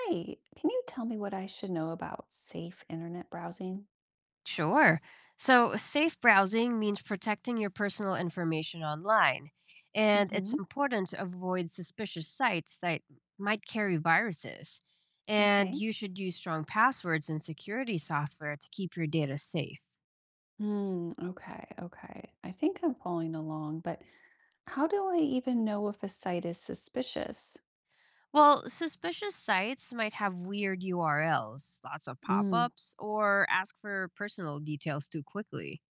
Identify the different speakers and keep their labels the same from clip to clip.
Speaker 1: Hi, can you tell me what I should know about safe internet browsing?
Speaker 2: Sure. So, safe browsing means protecting your personal information online, and it's
Speaker 1: Mm-hmm.
Speaker 2: important to avoid suspicious sites that might carry viruses. And
Speaker 1: Okay.
Speaker 2: you should use strong passwords and security software to keep your data safe.
Speaker 1: Hmm. Okay. Okay. I think I'm following along, but how do I even know if a site is suspicious?
Speaker 2: Well, suspicious sites might have weird URLs, lots of pop
Speaker 1: Mm.
Speaker 2: ups, or ask for personal details too quickly.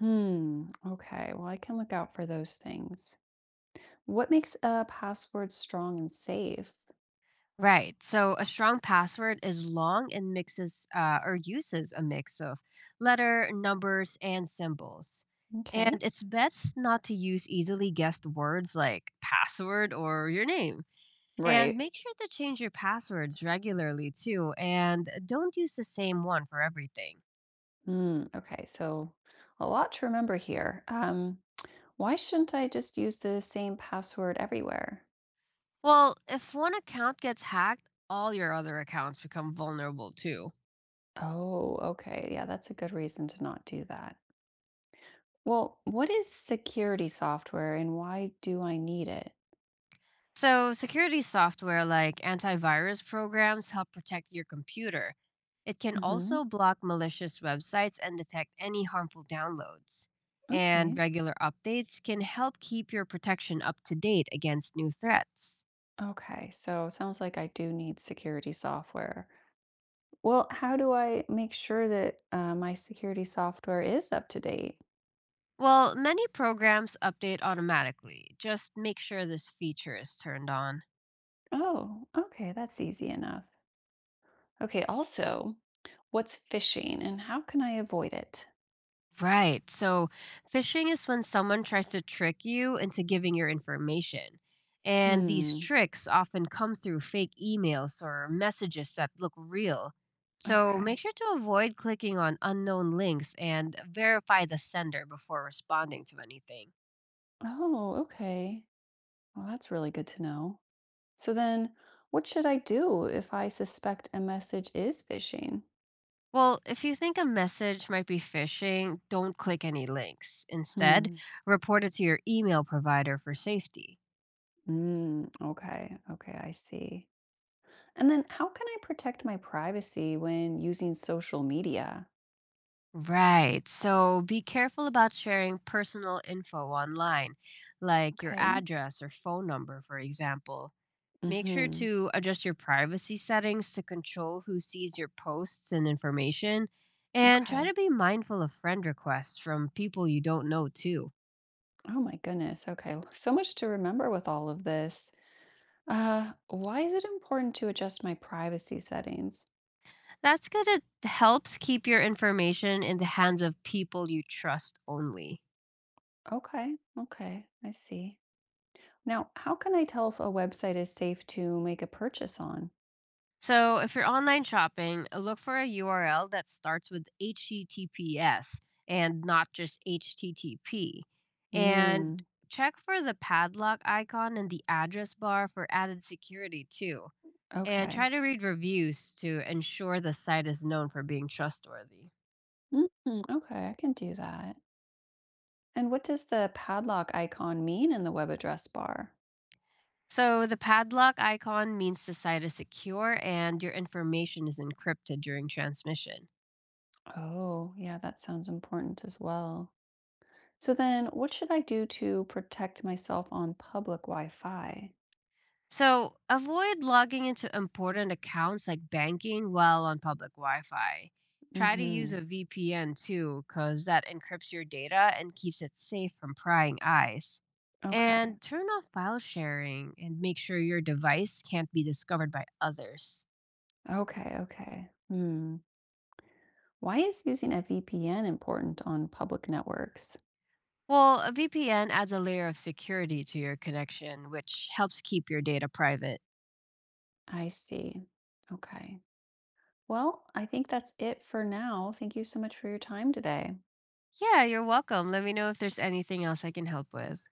Speaker 1: Hmm. Okay. Well, I can look out for those things. What makes a password strong and safe?
Speaker 2: Right. So a strong password is long and mixes or uses a mix of letter, numbers, and symbols.
Speaker 1: Okay.
Speaker 2: And it's best not to use easily guessed words like password or your name. And
Speaker 1: Right.
Speaker 2: make sure to change your passwords regularly too, and don't use the same one for everything.
Speaker 1: Hmm. Okay. So a lot to remember here. Why shouldn't I just use the same password everywhere?
Speaker 2: Well, if one account gets hacked, all your other accounts become vulnerable too.
Speaker 1: Oh, okay. Yeah, that's a good reason to not do that. Well, what is security software and why do I need it?
Speaker 2: So, security software like antivirus programs help protect your computer. It can
Speaker 1: Hmm.
Speaker 2: also block malicious websites and detect any harmful downloads. And
Speaker 1: Okay.
Speaker 2: regular updates can help keep your protection up to date against new threats.
Speaker 1: Okay. So it sounds like I do need security software. Well, how do I make sure that my security software is up to date?
Speaker 2: Well, many programs update automatically. Just make sure this feature is turned on.
Speaker 1: Oh, okay. That's easy enough. Okay. Also, what's phishing and how can I avoid it?
Speaker 2: Right. So phishing is when someone tries to trick you into giving your information. And these
Speaker 1: Hmm.
Speaker 2: tricks often come through fake emails or messages that look real. So make
Speaker 1: Okay.
Speaker 2: sure to avoid clicking on unknown links and verify the sender before responding to anything.
Speaker 1: Oh, okay. Well, that's really good to know. So then, what should I do if I suspect a message is phishing?
Speaker 2: Well, if you think a message might be phishing, don't click any links. Instead,
Speaker 1: Hmm.
Speaker 2: report it to your email provider for safety.
Speaker 1: Mm, okay. Okay. I see. And then, how can I protect my privacy when using social media?
Speaker 2: Right. So be careful about sharing personal info online, like your
Speaker 1: Okay.
Speaker 2: address or phone number, for example. Make sure
Speaker 1: Hmm.
Speaker 2: to adjust your privacy settings to control who sees your posts and information. And try
Speaker 1: Okay.
Speaker 2: to be mindful of friend requests from people you don't know, too.
Speaker 1: Oh my goodness. Okay. So much to remember with all of this. Why is it important to adjust my privacy settings?
Speaker 2: That's because it helps keep your information in the hands of people you trust only.
Speaker 1: Okay. Okay. I see. Now, how can I tell if a website is safe to make a purchase on?
Speaker 2: So, if you're online shopping, look for a URL that starts with HTTPS and not just HTTP. And
Speaker 1: Hmm.
Speaker 2: check for the padlock icon in the address bar for added security, too. And try
Speaker 1: Okay.
Speaker 2: to read reviews to ensure the site is known for being trustworthy.
Speaker 1: Mhm, okay, I can do that. And what does the padlock icon mean in the web address bar?
Speaker 2: So, the padlock icon means the site is secure and your information is encrypted during transmission.
Speaker 1: Oh, yeah, that sounds important as well. So then, what should I do to protect myself on public Wi-Fi?
Speaker 2: So avoid logging into important accounts like banking while on public Wi Fi. Try to use
Speaker 1: Mm-hmm.
Speaker 2: a VPN too, because that encrypts your data and keeps it safe from prying eyes.
Speaker 1: Okay.
Speaker 2: And turn off file sharing and make sure your device can't be discovered by others.
Speaker 1: Okay, okay. Hmm. Why is using a VPN important on public networks?
Speaker 2: Well, a VPN adds a layer of security to your connection, which helps keep your data private.
Speaker 1: I see. Okay. Well, I think that's it for now. Thank you so much for your time today.
Speaker 2: Yeah, you're welcome. Let me know if there's anything else I can help with.